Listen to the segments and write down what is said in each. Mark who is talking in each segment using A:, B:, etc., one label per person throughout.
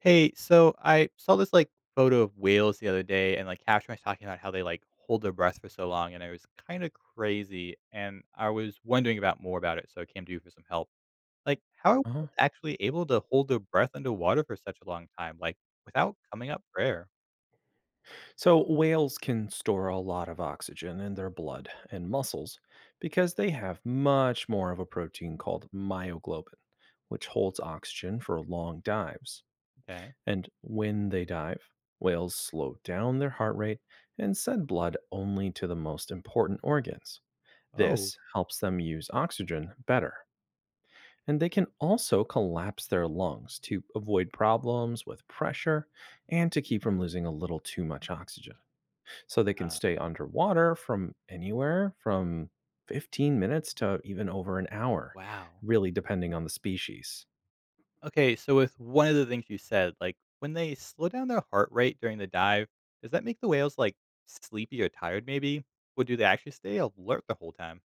A: Hey, so I saw this like photo of whales the other day, and like caption was talking about how they like hold their breath for so long, and it was kind of crazy. And I was wondering about more about it, so I came to you for some help. Like, how are
B: Uh-huh.
A: whales actually able to hold their breath underwater for such a long time, like without coming up for air?
B: So, whales can store a lot of oxygen in their blood and muscles because they have much more of a protein called myoglobin, which holds oxygen for long dives.
A: Okay.
B: And when they dive, whales slow down their heart rate and send blood only to the most important organs.
A: Oh,
B: This helps them use oxygen better. And they can also collapse their lungs to avoid problems with pressure and to keep from losing a little too much oxygen. So they can
A: huh.
B: stay underwater from anywhere from 15 minutes to even over an hour,
A: Wow.
B: really depending on the species.
A: Okay, so with one of the things you said, like when they slow down their heart rate during the dive, does that make the whales like sleepy or tired? Maybe, or do they actually stay alert the whole time?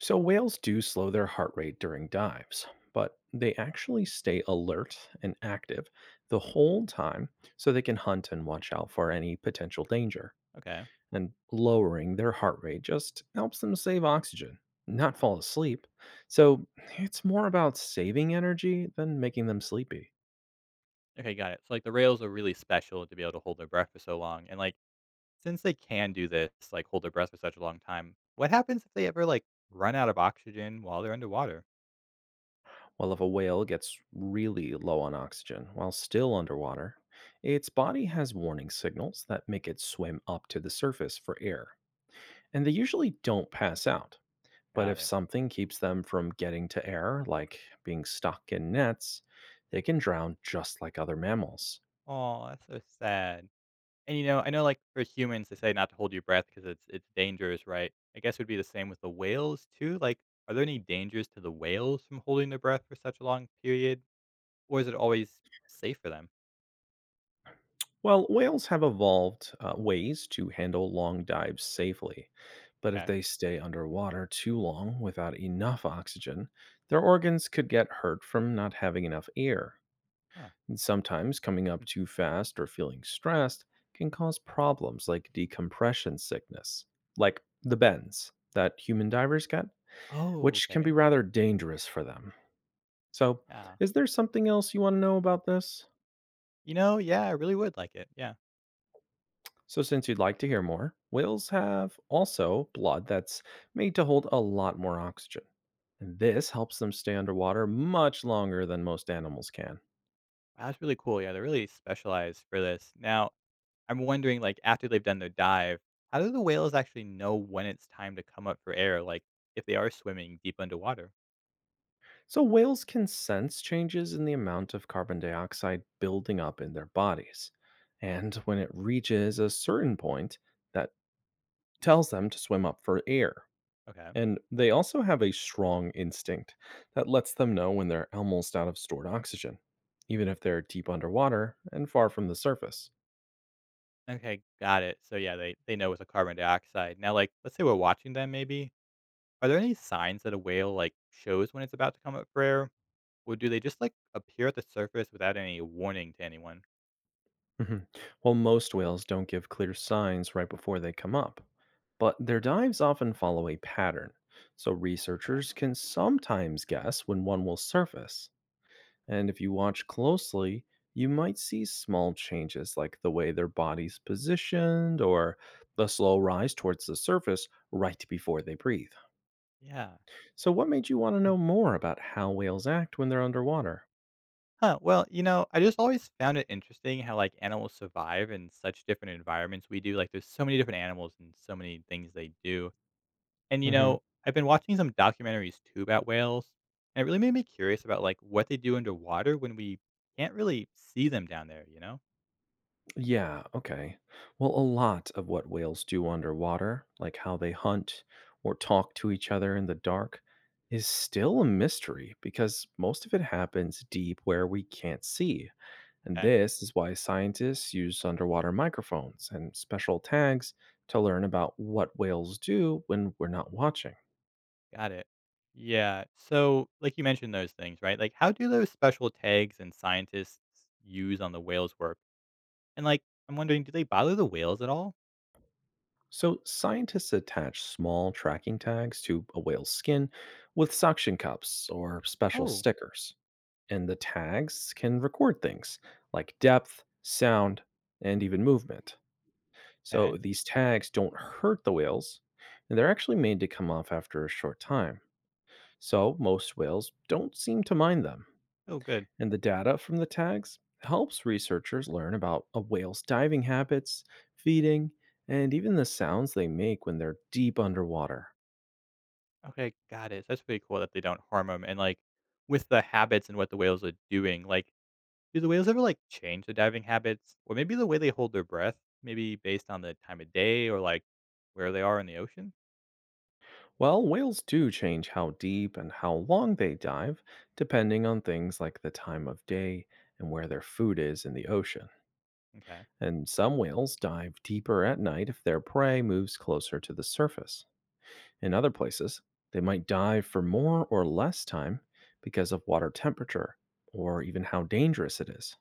B: So, whales do slow their heart rate during dives, but they actually stay alert and active the whole time so they can hunt and watch out for any potential danger.
A: Okay.
B: And lowering their heart rate just helps them save oxygen, not
A: Yeah.
B: fall asleep. So, it's more about saving energy than making them sleepy.
A: Okay, got it. So, like, the rails are really special to be able to hold their breath for so long, and, like, since they can do this, like, hold their breath for such a long time, what happens if they ever, like, run out of oxygen while they're underwater?
B: Well, if a whale gets really low on oxygen while still underwater, its body has warning signals that make it swim up to the surface for air. And they usually don't pass out. But
A: Got
B: if
A: it.
B: something keeps them from getting to air, like being stuck in nets, they can drown just like other mammals.
A: Oh, that's so sad. And, I know, like, for humans, they say not to hold your breath because it's dangerous, right? I guess it would be the same with the whales too, like, are there any dangers to the whales from holding their breath for such a long period, or is it always safe for them?
B: Well, whales have evolved ways to handle long dives safely, but if
A: Okay.
B: they stay underwater too long without enough oxygen, their organs could get hurt from not having enough air.
A: Huh.
B: And sometimes coming up
A: Hmm.
B: too fast or feeling stressed can cause problems like decompression sickness, like the bends that human divers get,
A: Oh,
B: which can
A: okay.
B: be rather dangerous for them. So,
A: Yeah.
B: is there something else you want to know about this?
A: Yeah, I really would like it. Yeah.
B: So, since you'd like to hear more, whales have also blood that's made to hold a lot more oxygen. And this helps them stay underwater much longer than most animals can.
A: Wow, that's really cool. Yeah, they're really specialized for this. Now, I'm wondering, like, after they've done their dive, how do the whales actually know when it's time to come up for air? Like, if they are swimming deep underwater?
B: So, whales can sense changes in the amount of carbon dioxide building up in their bodies. And when it reaches a certain point, that tells them to swim up for air.
A: Okay.
B: And they also have a strong instinct that lets them know when they're almost out of stored oxygen, even if they're deep underwater and far from the surface.
A: Okay, got it. So yeah, they know it's a carbon dioxide. Now, like, let's say we're watching them. Maybe are there any signs that a whale like shows when it's about to come up for air, or do they just like appear at the surface without any warning to anyone?
B: Mhm. Well, most whales don't give clear signs right before they come up, but their dives often follow a pattern. So researchers can sometimes guess when one will surface. And if you watch closely, you might see small changes like the way their body's positioned or the slow rise towards the surface right before they breathe.
A: Yeah.
B: So, what made you want to know more about how whales act when they're underwater?
A: Huh, well, I just always found it interesting how, like, animals survive in such different environments we do. Like, there's so many different animals and so many things they do. And,
B: Mm-hmm.
A: I've been watching some documentaries too about whales, and it really made me curious about, like, what they do underwater when we can't really see them down there, you know?
B: Yeah, okay. Well, a lot of what whales do underwater, like how they hunt or talk to each other in the dark, is still a mystery because most of it happens deep where we can't see. And
A: Okay,
B: this is why scientists use underwater microphones and special tags to learn about what whales do when we're not watching.
A: got it. Yeah. So, like you mentioned those things, right? Like, how do those special tags and scientists use on the whales work? And, like, I'm wondering, do they bother the whales at all?
B: So, scientists attach small tracking tags to a whale's skin with suction cups or special
A: Oh,
B: stickers, and the tags can record things like depth, sound, and even movement. So
A: okay.
B: these tags don't hurt the whales, and they're actually made to come off after a short time. So most whales don't seem to mind them.
A: Oh, good.
B: And the data from the tags helps researchers learn about a whale's diving habits, feeding, and even the sounds they make when they're deep underwater.
A: Okay, got it. So that's pretty cool that they don't harm them. And like with the habits and what the whales are doing, like do the whales ever like change their diving habits or maybe the way they hold their breath, maybe based on the time of day or like where they are in the ocean?
B: Well, whales do change how deep and how long they dive, depending on things like the time of day and where their food is in the ocean.
A: Okay.
B: And some whales dive deeper at night if their prey moves closer to the surface. In other places, they might dive for more or less time because of water temperature or even how dangerous it is.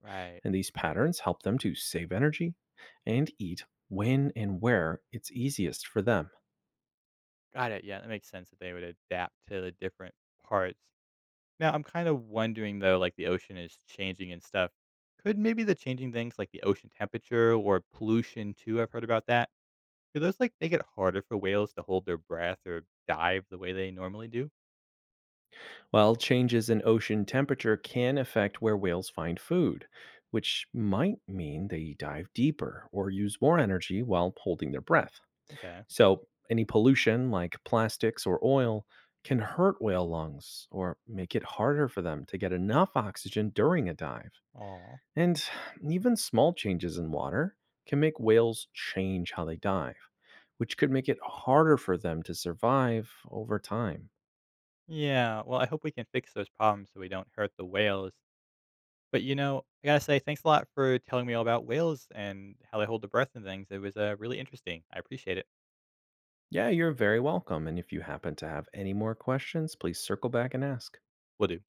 A: Right.
B: And these patterns help them to save energy and eat when and where it's easiest for them.
A: Got it. Yeah, that makes sense that they would adapt to the different parts. Now, I'm kind of wondering though, like the ocean is changing and stuff. Could maybe the changing things like the ocean temperature or pollution too? I've heard about that. Do those, like, make it harder for whales to hold their breath or dive the way they normally do?
B: While changes in ocean temperature can affect where whales find food, which might mean they dive deeper or use more energy while holding their breath.
A: Okay.
B: So, any pollution like plastics or oil can hurt whale lungs or make it harder for them to get enough oxygen during a dive.
A: Oh.
B: And even small changes in water can make whales change how they dive, which could make it harder for them to survive over time.
A: Yeah, well, I hope we can fix those problems so we don't hurt the whales. But, I gotta say, thanks a lot for telling me all about whales and how they hold their breath and things. It was, really interesting. I appreciate it.
B: Yeah, you're very welcome. And if you happen to have any more questions, please circle back and ask.
A: Will do.